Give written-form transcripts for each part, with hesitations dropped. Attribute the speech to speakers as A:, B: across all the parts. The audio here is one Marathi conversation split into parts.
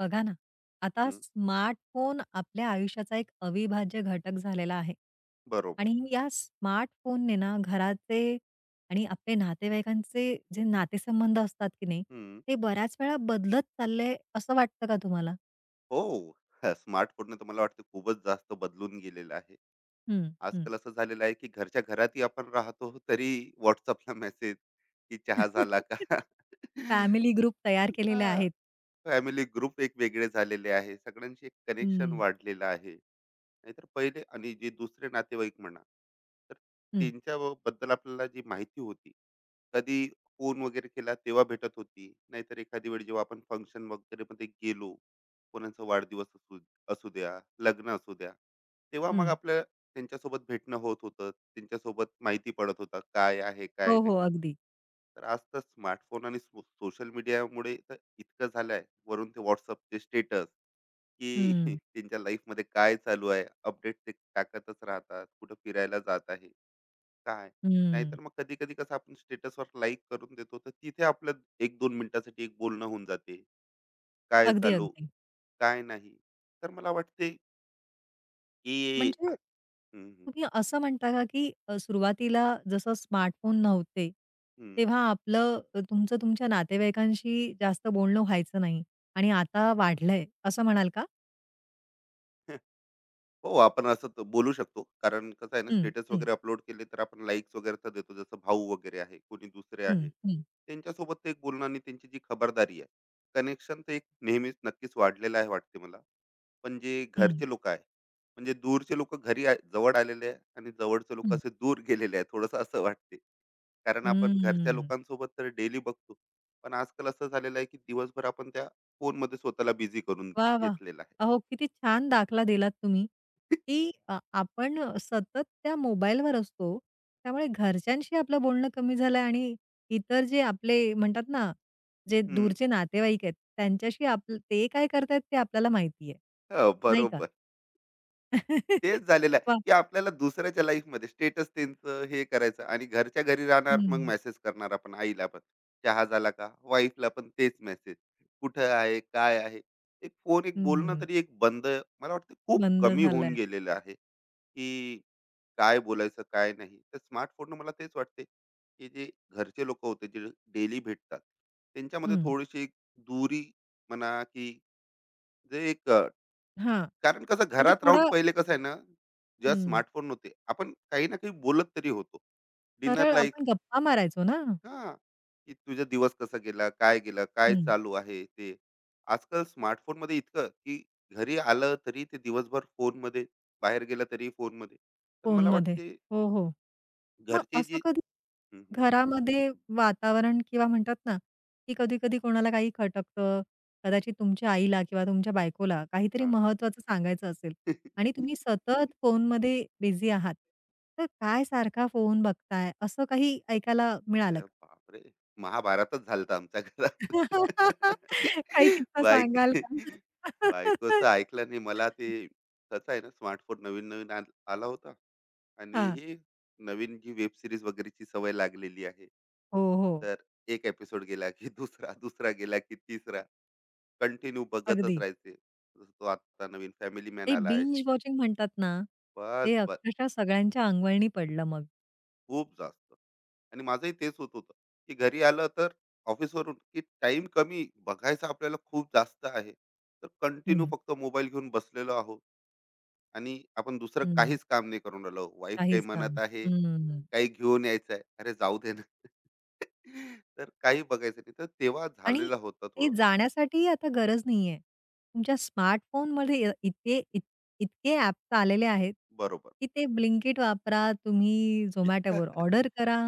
A: बघा ना, आता
B: हं,
A: स्मार्टफोन आपल्या आयुष्याचा एक अविभाज्य घटक झालेला आहे.
B: बरोबर.
A: आणि या स्मार्टफोनने ना घराचे आणि आपले नातेवाईकांचे जे नातेसंबंध असतात की नाही,
B: हं.
A: ते बऱ्याच वेळा बदलत चालले असं वाटतं का तुम्हाला?
B: हो. हा, स्मार्टफोनने तर मला वाटतं खूपच जास्त बदलून गेलेलं आहे.
A: हं, हं.
B: आजकाल असं झालेलं आहे, की घरच्या घरातही आपण राहतो तरी WhatsAppला मेसेज, की चहा झाला का?
A: फॅमिली ग्रुप तयार केलेले
B: हां.
A: आहेत.
B: फॅमिली ग्रुप एक वेगळे झालेले आहे, सगळ्यांशी एक कनेक्शन
A: हं,
B: वाढलेलं आहे. नाहीतर पहिले आणि जे दुसरे नातेवाईक म्हणा, तर
A: हं,
B: त्यांच्या व- बद्दल आपल्याला जी माहिती होती, कधी फोन वगैरे केला तेव्हा भेटत होती. नाहीतर एखादी वेळ जेव्हा आपण फंक्शन वगैरे मध्ये गेलो, कोणाचा वाढदिवस असू असू द्या, लग्न असू द्या, तेव्हा मग
A: हं.
B: आपल्या त्यांच्यासोबत भेटणं होत होतं, त्यांच्यासोबत माहिती पडत होता काय आहे काय
A: हो, हो.
B: नाही.
A: अगदी.
B: तर आज तर स्मार्टफोन आणि सोशल मीडियामुळे तर इतकं झालं आहे, वरून ते व्हॉट्सअपचे स्टेटस, की
A: हं,
B: त्यांच्या लाईफमध्ये काय चालू आहे अपडेट ते टाकतच राहतात, कुठं फिरायला जात आहे काय.
A: हं.
B: नाहीतर मग कधी कधी कसं आपण स्टेटसवर लाईक करून देतो, तर तिथे आपलं 1 2 मिनिटासाठी एक बोलणं होऊन जाते, काय
A: अगदी,
B: चालू
A: अगदी.
B: काय नाही. तर मला वाटते की
A: म्हणजे
B: हम्म,
A: तुम्ही असं म्हणता का, की सुरुवातीला जसं स्मार्टफोन नव्हते,
B: हम्म.
A: तेव्हा तुमचं तुमच्या नातेवाईकांशी जास्त बोलणं व्हायचं नाही आणि आता वाढलंय असं म्हणाल का?
B: हो, आपण असं तर बोलू शकतो. कारण कसं आहे ना,
A: हं,
B: स्टेटस
A: हं,
B: वगैरे अपलोड केले तर आपण लाइक्स वगैरे तर देतो. जसं भाऊ वगैरे आहे, कोणी दुसरे
A: हं,
B: आहे.
A: हं,
B: त्यांच्यासोबत ते एक बोलणं आणि त्यांची जी खबरदारी आहे, कनेक्शन तर एक नेहमीच नक्कीच वाढलेलं आहे वाटते मला. पण जे
A: हं,
B: घरचे लोकं आहे, म्हणजे दूरचे लोकं घरी जवळ आलेले आहे आणि जवळचे लोकं
A: हं.
B: असे दूर गेलेले आहे. थोडंसं असं वाटते. कारण आपण घरच्या
A: हं.
B: लोकांसोबत तर डेली बघतो. पण आजकाल असं झालेलं आहे, की दिवसभर आपण त्या फोनमध्ये स्वतःला बिझी करून
A: वाह! वाह!
B: घेतलेलं आहे.
A: अहो, किती छान दाखला दिलात तुम्ही, की आपण सतत त्या मोबाईलवर असतो. त्यामुळे घरच्यांशी आपलं बोलणं कमी झालं आहे आणि इतर जे आपले म्हणतात ना, जे
B: हं.
A: दूरचे नातेवाईक आहेत, त्यांच्याशी आपलं ते काय करतायत ते आपल्याला माहिती आहे.
B: हो,
A: नाही का?
B: बरोबर. तेच झालेलं आहे,
A: वाह!
B: की आपल्याला दुसऱ्याच्या लाईफमध्ये स्टेटस त्यांचं हे करायचं आणि घरच्या घरी राहणार मग
A: हं,
B: मेसेज करणार आपण आईला पण. चहा झाला का? वाईफला पण तेच मेसेज. कुठं आहे? काय आहे? एक फोन एक बोलणं
A: हं.
B: तरी एक बंद. मला वाटतं खूप
A: बंद
B: कमी होऊन
A: झालंय.
B: गेलेलं आहे, की काय बोलायचं काय नाही. तर स्मार्टफोननं मला तेच वाटते, की जे घरचे लोकं होते जे डेली भेटतात, त्यांच्यामध्ये
A: हं.
B: थोडीशी एक दुरी म्हणा, की जे एक.
A: हां.
B: कारण कसं
A: म्हणजे
B: घरात राहून
A: थोडं
B: पहिले कसं आहे ना, जेव्हा
A: हं.
B: स्मार्टफोन नव्हते, आपण काही ना काही बोलत तरी होतो.
A: सरळ
B: डिनरला एक
A: आपण गप्पा मारायचो ना?
B: हां, की तुझा दिवस कसा गेला? काय गेलं? काय
A: हं.
B: चालू आहे? ते. आजकाल स्मार्टफोनमध्ये इतकं, की घरी आलं तरी ते दिवसभर फोनमध्ये, बाहेर गेलं तरी फोनमध्ये. तर मला
A: फोनमध्ये.
B: वाटते
A: हो, हो. मग
B: घरचे जे
A: असं कधी
B: हं, हं.
A: घरामध्ये वातावरण किंवा म्हणतात ना, की कधी-कधी कोणाला काही खटकतं. कदाचित तुमच्या आईला किंवा तुमच्या बायकोला काहीतरी
B: हां.
A: महत्त्वाचं सांगायचं असेल आणि तुम्ही सतत फोनमध्ये बिझी आहात. तर काय सारखा फोन बघताय, असं काही ऐकायला मिळालं
B: अरे
A: का?
B: बापरे! महाभारतच झालतं आमच्या घरात.
A: काही किस्सा
B: बायक
A: सांगाल का?
B: बायकोचं ऐकलं नाही. मला ते कसं आहे ना, स्मार्टफोन नवीन-नवीन आला होता आणि
A: हां.
B: हे नवीन जी वेब सीरीज वगैरेची सवय लागलेली आहे.
A: हो, हो.
B: तर एक एपिसोड गेला की दुसरा, गेला की तिसरा. कंटिन्यू
A: अगदी.
B: बघतच राहायचे. जसं तो आत्ता नवीन फॅमिली मॅन
A: ते
B: आला आहे.
A: बिंज वॉचिंग म्हणतात ना,
B: बस.
A: ते अक्षरशः सगळ्यांच्या अंगवळणी पडलं मग.
B: खूप जास्त. आणि माझंही तेच होत होतं, की घरी आलं तर ऑफिसवरून की टाइम कमी बघायचा आपल्याला खूप जास्त आहे. तर कंटिन्यू
A: हं,
B: फक्त मोबाईल घेऊन बसलेलो आहोत आणि आपण दुसरं
A: हं.
B: काहीच काम नाही करून राहिलो. वाईफ काही
A: काहीच काम.
B: म्हणत आहे,
A: हं.
B: काही घेऊन यायचं आहे. अरे जाऊ दे ना. तर काही बघायचं नाही. तर तेव्हा
A: आणि
B: झालेलं होतं
A: ते
B: थोडं.
A: जाण्यासाठी आता गरज नाहीये. तुमच्या स्मार्टफोनमध्ये इ इतके इत इतके ॲप्स आलेले आहेत,
B: बरोबर.
A: की ते ब्लिंकिट वापरा, तुम्ही Zomatoवर ऑर्डर करा.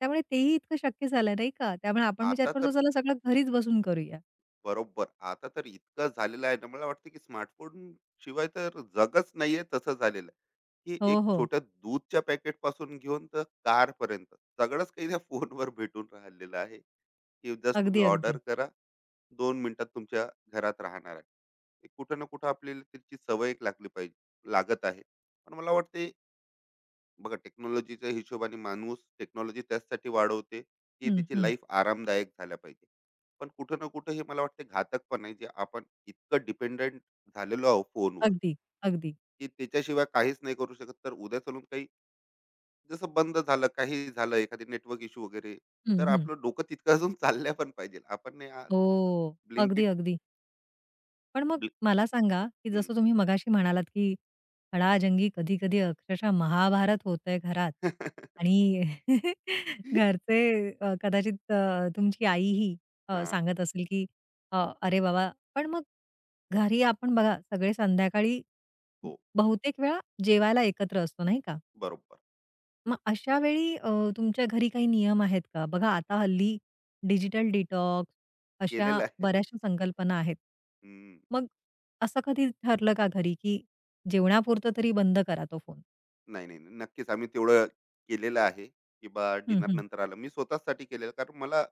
A: त्यामुळे तेही इतकं शक्य झालं नाही का? त्यामुळे आपण विचार
B: आता तर
A: करतो चला सगळं घरीच बसून करूया.
B: बरोबर. आता तर इतकं झालेलं आहे ना, मला वाटतं की स्मार्टफोन शिवाय तर जगच नाहीये तसं झालेलं आहे, की
A: हो,
B: एक
A: हो.
B: छोट्या दूधच्या पॅकेटपासून घेऊन तर कारपर्यंत सगळंच काही त्या फोनवर भेटून राहिलेलं आहे, की जस्ट तुम्ही
A: अगदी,
B: ऑर्डर
A: अगदी.
B: करा, 2 मिनिटात तुमच्या घरात राहणार आहे. एक कुठं ना कुठं आपल्याला त्याची सवय एक लागली पाहिजे लागत आहे. पण मला वाटते बघा टेक्नॉलॉजीच्या हिशोबाने माणूस टेक्नॉलॉजी त्याचसाठी वाढवते की
A: हं,
B: त्याची
A: हं.
B: लाईफ आरामदायक झाल्या पाहिजे. पण कुठं ना कुठं हे मला वाटते घातक पण आहे, जे आपण इतकं डिपेंडेंट झालेलो आहोत फोनवर,
A: अगदी, अगदी.
B: की त्याच्याशिवाय काहीच नाही करू शकत. तर उद्या चालून काही, जसं बंद झालं काही झालं एखादी नेटवर्क इश्यू वगैरे,
A: हं,
B: तर
A: हं.
B: आपलं डोकं तितकं अजून चालल्या पण पाहिजे. आपण नाही आज
A: हो. अगदी,
B: ब्लिंकिट.
A: अगदी. पण मग
B: ब्लि-
A: मला सांगा, की
B: हम्म.
A: जसं तुम्ही मगाशी म्हणालात, की खडाजंगी कधी-कधी अक्षरशः महाभारत होतंय घरात आणि कदाचित तुमची आईही
B: हा.
A: सांगत असेल, की "अरे बाबा" पण मग घरी आपण बघा सगळे संध्याकाळी
B: हो,
A: बहुतेक वेळा जेवायला एकत्र असतो, नाही का?
B: बरोबर.
A: मग अशा वेळी तुमच्या घरी काही नियम आहेत का? बघा आता हल्ली डिजिटल डिटॉक्स अशा
B: केलेलं आहे.
A: बऱ्याचशा संकल्पना आहेत.
B: हम्म.
A: मग असं कधी ठरलं का घरी, की जेवणापुरतं तरी बंद करा तो फोन?
B: नाही, नाही, नाही. नक्कीच आम्ही तेवढं केलेलं आहे, की बा
A: हं,
B: डिनर
A: हं,
B: नंतर आलं. मी स्वतःचसाठी केलेलं, कारण मला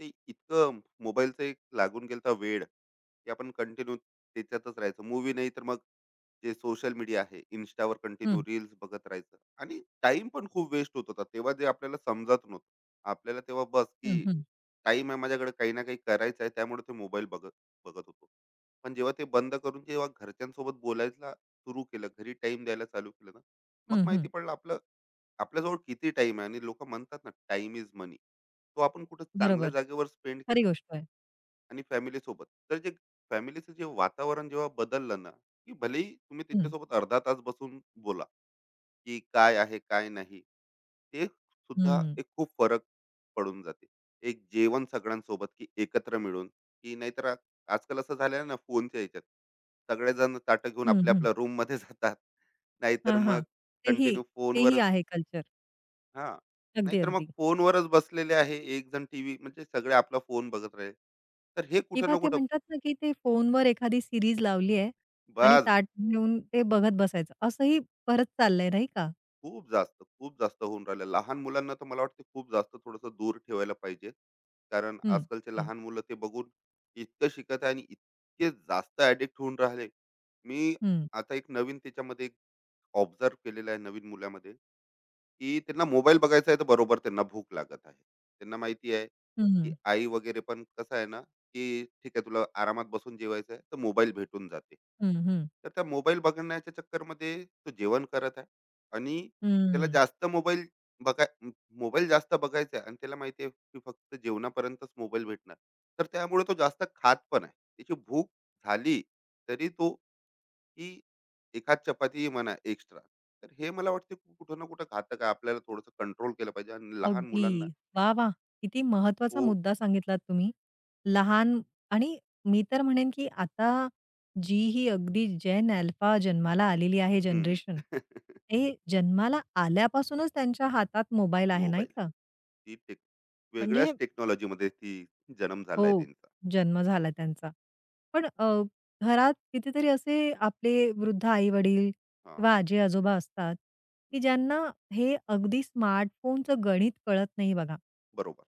B: ते इतकं मोबाईलचं एक लागून गेलता वेड, की आपण कंटिन्यू त्याच्यातच राहायचं. मूवी नाही तर मग जे सोशल मीडिया आहे, Instaवर कंटिन्यू
A: हं,
B: रील्स बघत राहायचं आणि टाईम पण खूप वेस्ट होत होता. तेव्हा जे आपल्याला समजत नव्हतं. आपल्याला तेव्हा बस,
A: हं,
B: की
A: हं,
B: टाईम आहे माझ्याकडे, काही ना काही करायचं आहे, त्यामुळे ते मोबाईल बघत बघत होतो. पण जेव्हा ते बंद करून जेव्हा घरच्यांसोबत बोलायला सुरू केलं, घरी टाईम द्यायला चालू केलं ना, मग
A: हं.
B: माहिती पडलं आपलं आपल्याजवळ किती टाइम आहे. आणि लोक म्हणतात ना टाइम इज मनी, तो आपण कुठं चांगल्या
A: बरोबर.
B: जागेवर स्पेंड
A: खरी
B: केला.
A: गोष्ट आहे.
B: आणि फॅमिली सोबत तर जे फॅमिलीचं जे वातावरण जेव्हा बदललं ना, की भलेही तुम्ही
A: हं,
B: त्यांच्यासोबत अर्धा तास बसून बोला, की काय आहे काय नाही, ते सुद्धा
A: हं,
B: एक खूप फरक पडून जाते. एक जेवण सगळ्यांसोबत की एकत्र मिळून, की नाहीतर आजकाल असं झालं ना फोनच्या याच्यात सगळेजण ताटं घेऊन
A: हं,
B: आपल्या
A: हं.
B: आपल्या रूम मध्ये जातात. नाहीतर
A: हां,
B: मग
A: हां. तेही
B: कंटिन्यू
A: तेही
B: फोनवरच.
A: आहे कल्चर.
B: हा.
A: अगदी,
B: नाहीतर मग
A: अगदी.
B: फोनवरच बसलेले आहे, एक जण टीव्ही म्हणजे सगळे आपला फोन बघत राहिले, तर हे कुठं
A: किंवा
B: ना
A: ते
B: कुठं.
A: म्हणतात ना, की ते फोनवर एखादी सीरीज लावली आहे आणि
B: बस.
A: ताट घेऊन ते बघत बसायचं. असंही बरंच चाललंय नाही का?
B: खूप जास्त होऊन राहिलं. लहान मुलांना तर मला वाटतं खूप जास्त थोडंसं दूर ठेवायला पाहिजे, कारण
A: हं,
B: आजकालचे
A: हं,
B: लहान मुलं ते बघून इतकं शिकत आहे आणि इतके जास्त ऍडिक्ट होऊन राहिले. मी
A: हं,
B: आता एक नवीन त्याच्यामध्ये एक ऑब्झर्व केलेलं आहे नवीन मुलामध्ये, की त्यांना मोबाईल बघायचा आहे तर बरोबर त्यांना भूक लागत आहे. त्यांना माहिती आहे, की
A: हं,
B: आई वगैरे पण कसं आहे ना, की ठीक आहे तुला आरामात बसून जेवायचं आहे, तर मोबाईल भेटून जाते.
A: हं, हं,
B: तर त्या मोबाईल बघण्याच्या चक्करमध्ये तो जेवण करत आहे आणि त्याला
A: हं.
B: जास्त बघाय मोबाईल जास्त बघायचा आहे, आणि त्याला माहिती आहे, की फक्त जेवणापर्यंतच मोबाईल भेटणार. तर त्यामुळे तो जास्त खात पण आहे. त्याची भूक झाली, तरी तो, की एखाद चपाती म्हणा एक्स्ट्रा. तर हे मला वाटते कुठं ना कुठं घातक आहे. आपल्याला थोडंसं कंट्रोल केलं पाहिजे आणि लहान
A: अगदी.
B: मुलांना.
A: वाह, वाह! किती महत्त्वाचा
B: हो.
A: मुद्दा सांगितलात तुम्ही. लहान आणि मी तर म्हणेन, की आता जी ही अगदी जेन अल्फा जन्माला आलेली आहे
B: हम्म.
A: जनरेशन, ते जन्माला आल्यापासूनच त्यांच्या हातात मोबाईल आहे, नाही
B: मोबाईल.
A: का?
B: ती टेक
A: म्हणजे
B: वेगळ्याच टेक्नॉलॉजीमध्ये ती जन्म झालाय
A: हो,
B: त्यांचा.
A: जन्म झाला त्यांचा. पण घरात कितीतरी असे आपले वृद्ध आई-वडील
B: हा.
A: किंवा आजी-आजोबा असतात, की
B: हम्म.
A: ज्यांना हे अगदी स्मार्टफोनचं गणित कळत नाही बघा.
B: बरोबर.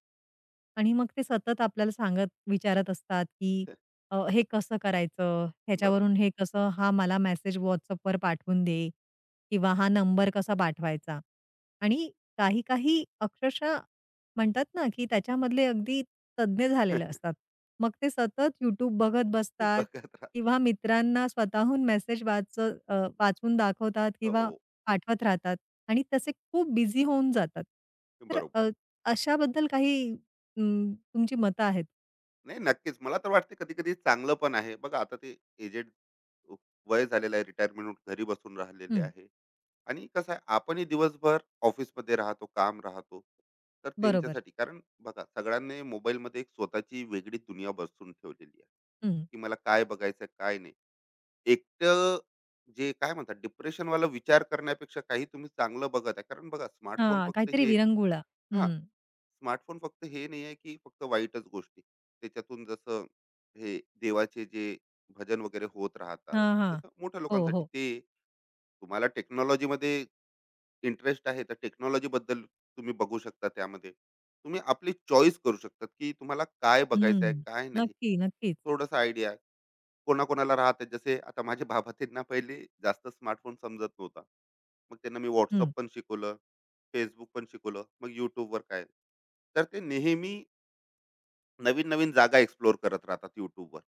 A: आणि मग ते सतत आपल्याला सांगत विचारत असतात, की हे कसं करायचं?
B: बरोबर.
A: ह्याच्यावरून हे कसं हा मला मेसेज WhatsAppवर पाठवून दे किंवा हा नंबर कसा पाठवायचा? आणि काही-काही अक्षरशः म्हणतात ना, की त्याच्यामधले अगदी तज्ञ झालेले असतात. मग ते सतत YouTube बघत बसतात
B: बघत राहा.
A: किंवा मित्रांना स्वतःहून वाचून दाखवतात किंवा
B: हो.
A: पाठवत राहतात आणि तसे खूप बिझी होऊन जातात. तर
B: बरोबर.
A: अशाबद्दल काही तुमची मतं आहेत.
B: नाही, नक्कीच मला तर वाटते कधी कधी चांगलं पण आहे. बघा आता ते एजेड वय झालेलं आहे, रिटायरमेंट घरी बसून राहिलेले
A: हं,
B: आहे आणि कसं आहे आपणही दिवसभर ऑफिसमध्ये राहतो काम राहतो, तर
A: बरोबर.
B: त्यांच्यासाठी, कारण बघा सगळ्यांनी मोबाईलमध्ये एक स्वतःची वेगळी दुनिया बसून ठेवलेली आहे,
A: हं.
B: की मला काय बघायचं काय नाही. एकटं जे काय म्हणतात डिप्रेशन वाला विचार करण्यापेक्षा काही तुम्ही चांगलं बघत आहे. कारण बघा स्मार्टफोन
A: हां,
B: फक्त
A: काहीतरी
B: हे
A: विरंगुळा.
B: हा,
A: हं.
B: स्मार्टफोन फक्त हे नाही आहे की फक्त वाईटच गोष्टी त्याच्यातून. जसं हे देवाचे जे भजन वगैरे होत राहतात
A: हां, हां.
B: जसं मोठ्या
A: हो,
B: लोकांसाठी
A: हो.
B: ते. तुम्हाला टेक्नॉलॉजीमध्ये इंटरेस्ट आहे तर टेक्नॉलॉजी बद्दल तुम्ही बघू शकता त्यामध्ये. तुम्ही आपली चॉईस करू शकतात की तुम्हाला काय बघायचं आहे,
A: हं.
B: काय नाही.
A: नक्की, नक्कीच.
B: थोडंसं आयडिया कोणाकोणाला राहतात, जसे आता माझे बाबा त्यांना पहिले जास्त स्मार्टफोन समजत नव्हता. मग त्यांना मी
A: हं.
B: WhatsApp पण शिकवलं, Facebook पण शिकवलं, मग YouTubeवर काय. तर ते नेहमी नवीन नवीन जागा एक्सप्लोर करत राहतात युट्यूबवर,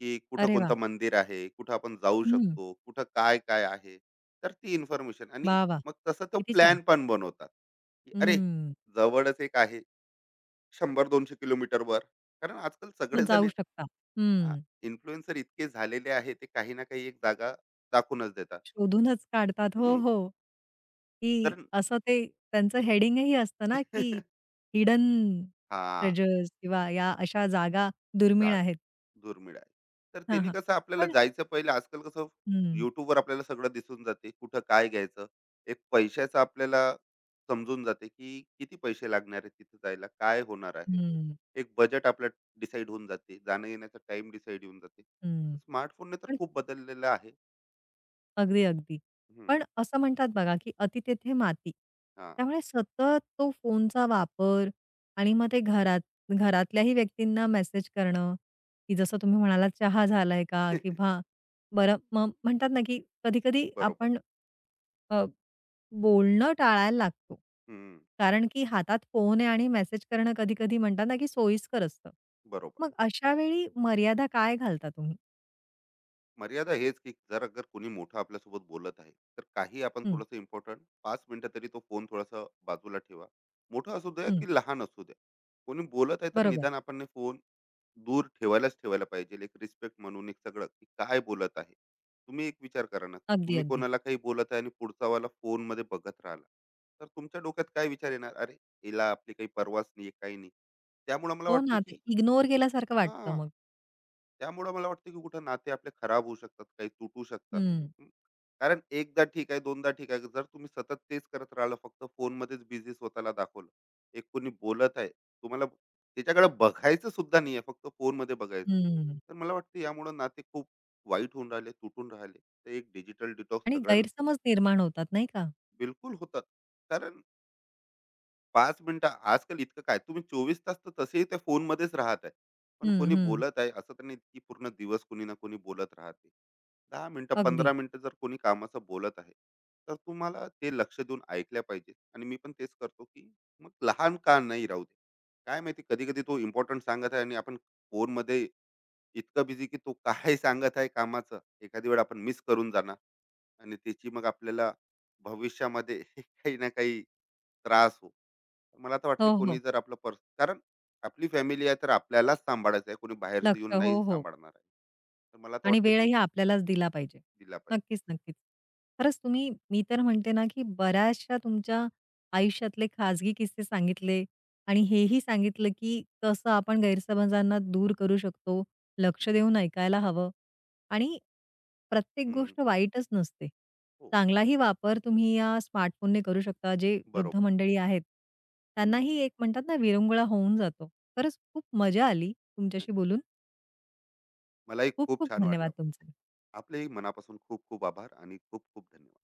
B: की कुठं
A: अरे वाह!
B: कोणतं मंदिर आहे, कुठं आपण जाऊ
A: हं.
B: शकतो, कुठं काय काय आहे. तर ती इन्फॉर्मेशन आणि
A: वाह, वाह!
B: मग तसं तो
A: किती छान.
B: प्लॅन पण बनवतात, की अरे
A: हं.
B: जवळच एक आहे 100 200 किलोमीटरवर. कारण आजकाल
A: मग
B: सगळेजण
A: जाऊ शकता. हं.
B: इन्फ्लुएन्सर इतके झालेले आहे, ते काही ना काही एक जागा दाखवूनच देतात.
A: शोधूनच काढतात. हो,
B: हम्म,
A: हो. की
B: तर
A: असं ते त्यांचं हेडिंगही असतं ना, की हिडन
B: हा
A: ट्रेजर्स किंवा या अशा जागा
B: जा,
A: दुर्मिळ आहेत.
B: दुर्मिळ आहे. तर
A: हां,
B: त्यांनी
A: हां.
B: कसं आपल्याला
A: पण
B: जायचं, पहिले आजकाल कसं
A: हं,
B: YouTubeवर आपल्याला सगळं दिसून जाते. कुठं काय घ्यायचं? एक पैशाचं आपल्याला समजून जाते, की किती पैसे लागणार आहेत तिथे जायला? काय होणार आहे?
A: हं,
B: एक बजेट आपलं डिसाईड होऊन जाते. जाणं-येण्याचा टाईम डिसाईड होऊन जाते.
A: हं.
B: स्मार्टफोनने तर
A: पण
B: खूप बदललेलं आहे.
A: अगदी, अगदी.
B: हं,
A: पण असं म्हणतात बघा, की "अति तेथे माती."
B: हां.
A: त्यामुळे सतत तो फोनचा वापर आणि मग ते घरात घरातल्याही व्यक्तींना मेसेज करणं, की जसं तुम्ही म्हणालात, चहा झालाय का? किंवा बरं मग म्हणतात ना, की कधी-कधी
B: बरोबर.
A: आपण अ, बोलणं टाळायला लागतो.
B: हं,
A: कारण की हातात फोन आहे आणि मेसेज करणं कधी-कधी म्हणतात ना, की सोयीस्कर असतं.
B: बरोबर.
A: मग अशा वेळी मर्यादा काय घालता तुम्ही?
B: मर्यादा हेच की जर अगर कोणी मोठं आपल्यासोबत बोलत आहे, तर काही आपण
A: हं,
B: थोडंसं इम्पॉर्टंट 5 मिनिटं तरी तो फोन थोडासा बाजूला ठेवा. मोठा असू द्या
A: हं.
B: की लहान असू द्या, कोणी बोलत आहे तर
A: बरोबर.
B: निदान आपण फोन दूर ठेवायला पाहिजे. एक रिस्पेक्ट म्हणून एक सगळं, की काय बोलत आहे. तुम्ही एक विचार करा ना,
A: अगदी,
B: तुम्ही
A: अगदी.
B: कोणाला काही बोलत आहे आणि पुढचावाला फोनमध्ये बघत राहिला, तर तुमच्या डोक्यात काय विचार येणार, अरे हिला आपली काही परवाच नाही काही नाही. त्यामुळे मला
A: हो
B: वाटते
A: ना, ते
B: की
A: इग्नोर केल्यासारखं वाटतं
B: हां.
A: मग.
B: त्यामुळं मला वाटतं की कुठं नाते आपले खराब होऊ शकतात, काही तुटू शकतात.
A: हं,
B: हं. कारण एकदा ठीक आहे, दोनदा ठीक आहे. जर तुम्ही सतत तेच करत राहिला, फक्त फोनमध्येच बिझी स्वतःला दाखवलं. एक कोणी बोलत आहे, तुम्हाला त्याच्याकडे बघायचं सुद्धा नाही आहे, फक्त फोनमध्ये बघायचं.
A: हं.
B: तर मला वाटतं यामुळे नाते खूप वाईट होऊन राहिले, तुटून राहिले. तर एक डिजिटल डिटॉक्स
A: आणि
B: सगळ्यांनी.
A: गैरसमज निर्माण होतात नाही का?
B: बिलकुल होतं. कारण 5 मिनिटं आजकाल इतकं काय, तुम्ही 24 तास तर तसेही त्या फोनमध्येच राहत आहे. पण
A: हं,
B: कोणी
A: हं.
B: बोलत आहे असं तर नाही की पूर्ण दिवस कोणी ना कोणी बोलत राहते. 10 मिनिटं,
A: अगदी.
B: 15 मिनिटं जर कोणी कामाचं बोलत आहे, तर तुम्हाला ते लक्ष देऊन ऐकल्या पाहिजे. आणि मी पण तेच करतो, की मग लहान का नाही राहू दे. काय माहिती कधी-कधी तो इम्पोर्टंट सांगत आहे आणि आपण फोनमध्ये इतकं बिझी की तो काय सांगत आहे कामाचं, एखादी वेळ आपण मिस करून जाणार. आणि त्याची मग आपल्याला भविष्यामध्ये काही ना काही त्रास हो. मला तर वाटते
A: हो,
B: कोणी
A: हो.
B: जर आपलं पर्स, कारण आपली फॅमिली आहे तर आपल्यालाच सांभाळायचं आहे, कोणी बाहेरचं
A: लक्ष.
B: येऊन नाही
A: हो, हो.
B: सांभाळणार आहे. तर मला तर
A: आणि
B: वाटते घर
A: वेळही आपल्यालाच दिला पाहिजे.
B: दिला पाहिजे.
A: नक्कीच, नक्कीच. खरंच तुम्ही मी तर म्हणते ना, की बऱ्याचशा तुमच्या आयुष्यातले खाजगी किस्से सांगितले आणि
B: हम्म,
A: हेही सांगितलं, की कसं आपण गैरसमजांना दूर करू शकतो, लक्ष देऊन ऐकायला हवं आणि प्रत्येक
B: हम्म,
A: गोष्ट वाईटच नसते.
B: हो.
A: चांगलाही वापर तुम्ही या स्मार्टफोनने करू शकता. जे वृद्ध
B: बरोबर.
A: मंडळी आहेत,
B: हम्म,
A: त्यांनाही
B: हम्म.
A: एक म्हणतात ना, विरंगुळा होऊन जातो. खरंच खूप मजा आली तुमच्याशी बोलून.
B: मलाही
A: खूप
B: खूप
A: खूप
B: छान वाटलं.
A: धन्यवाद तुमचे.
B: आपलेही मनापासून खूप खूप आभार आणि खूप खूप धन्यवाद.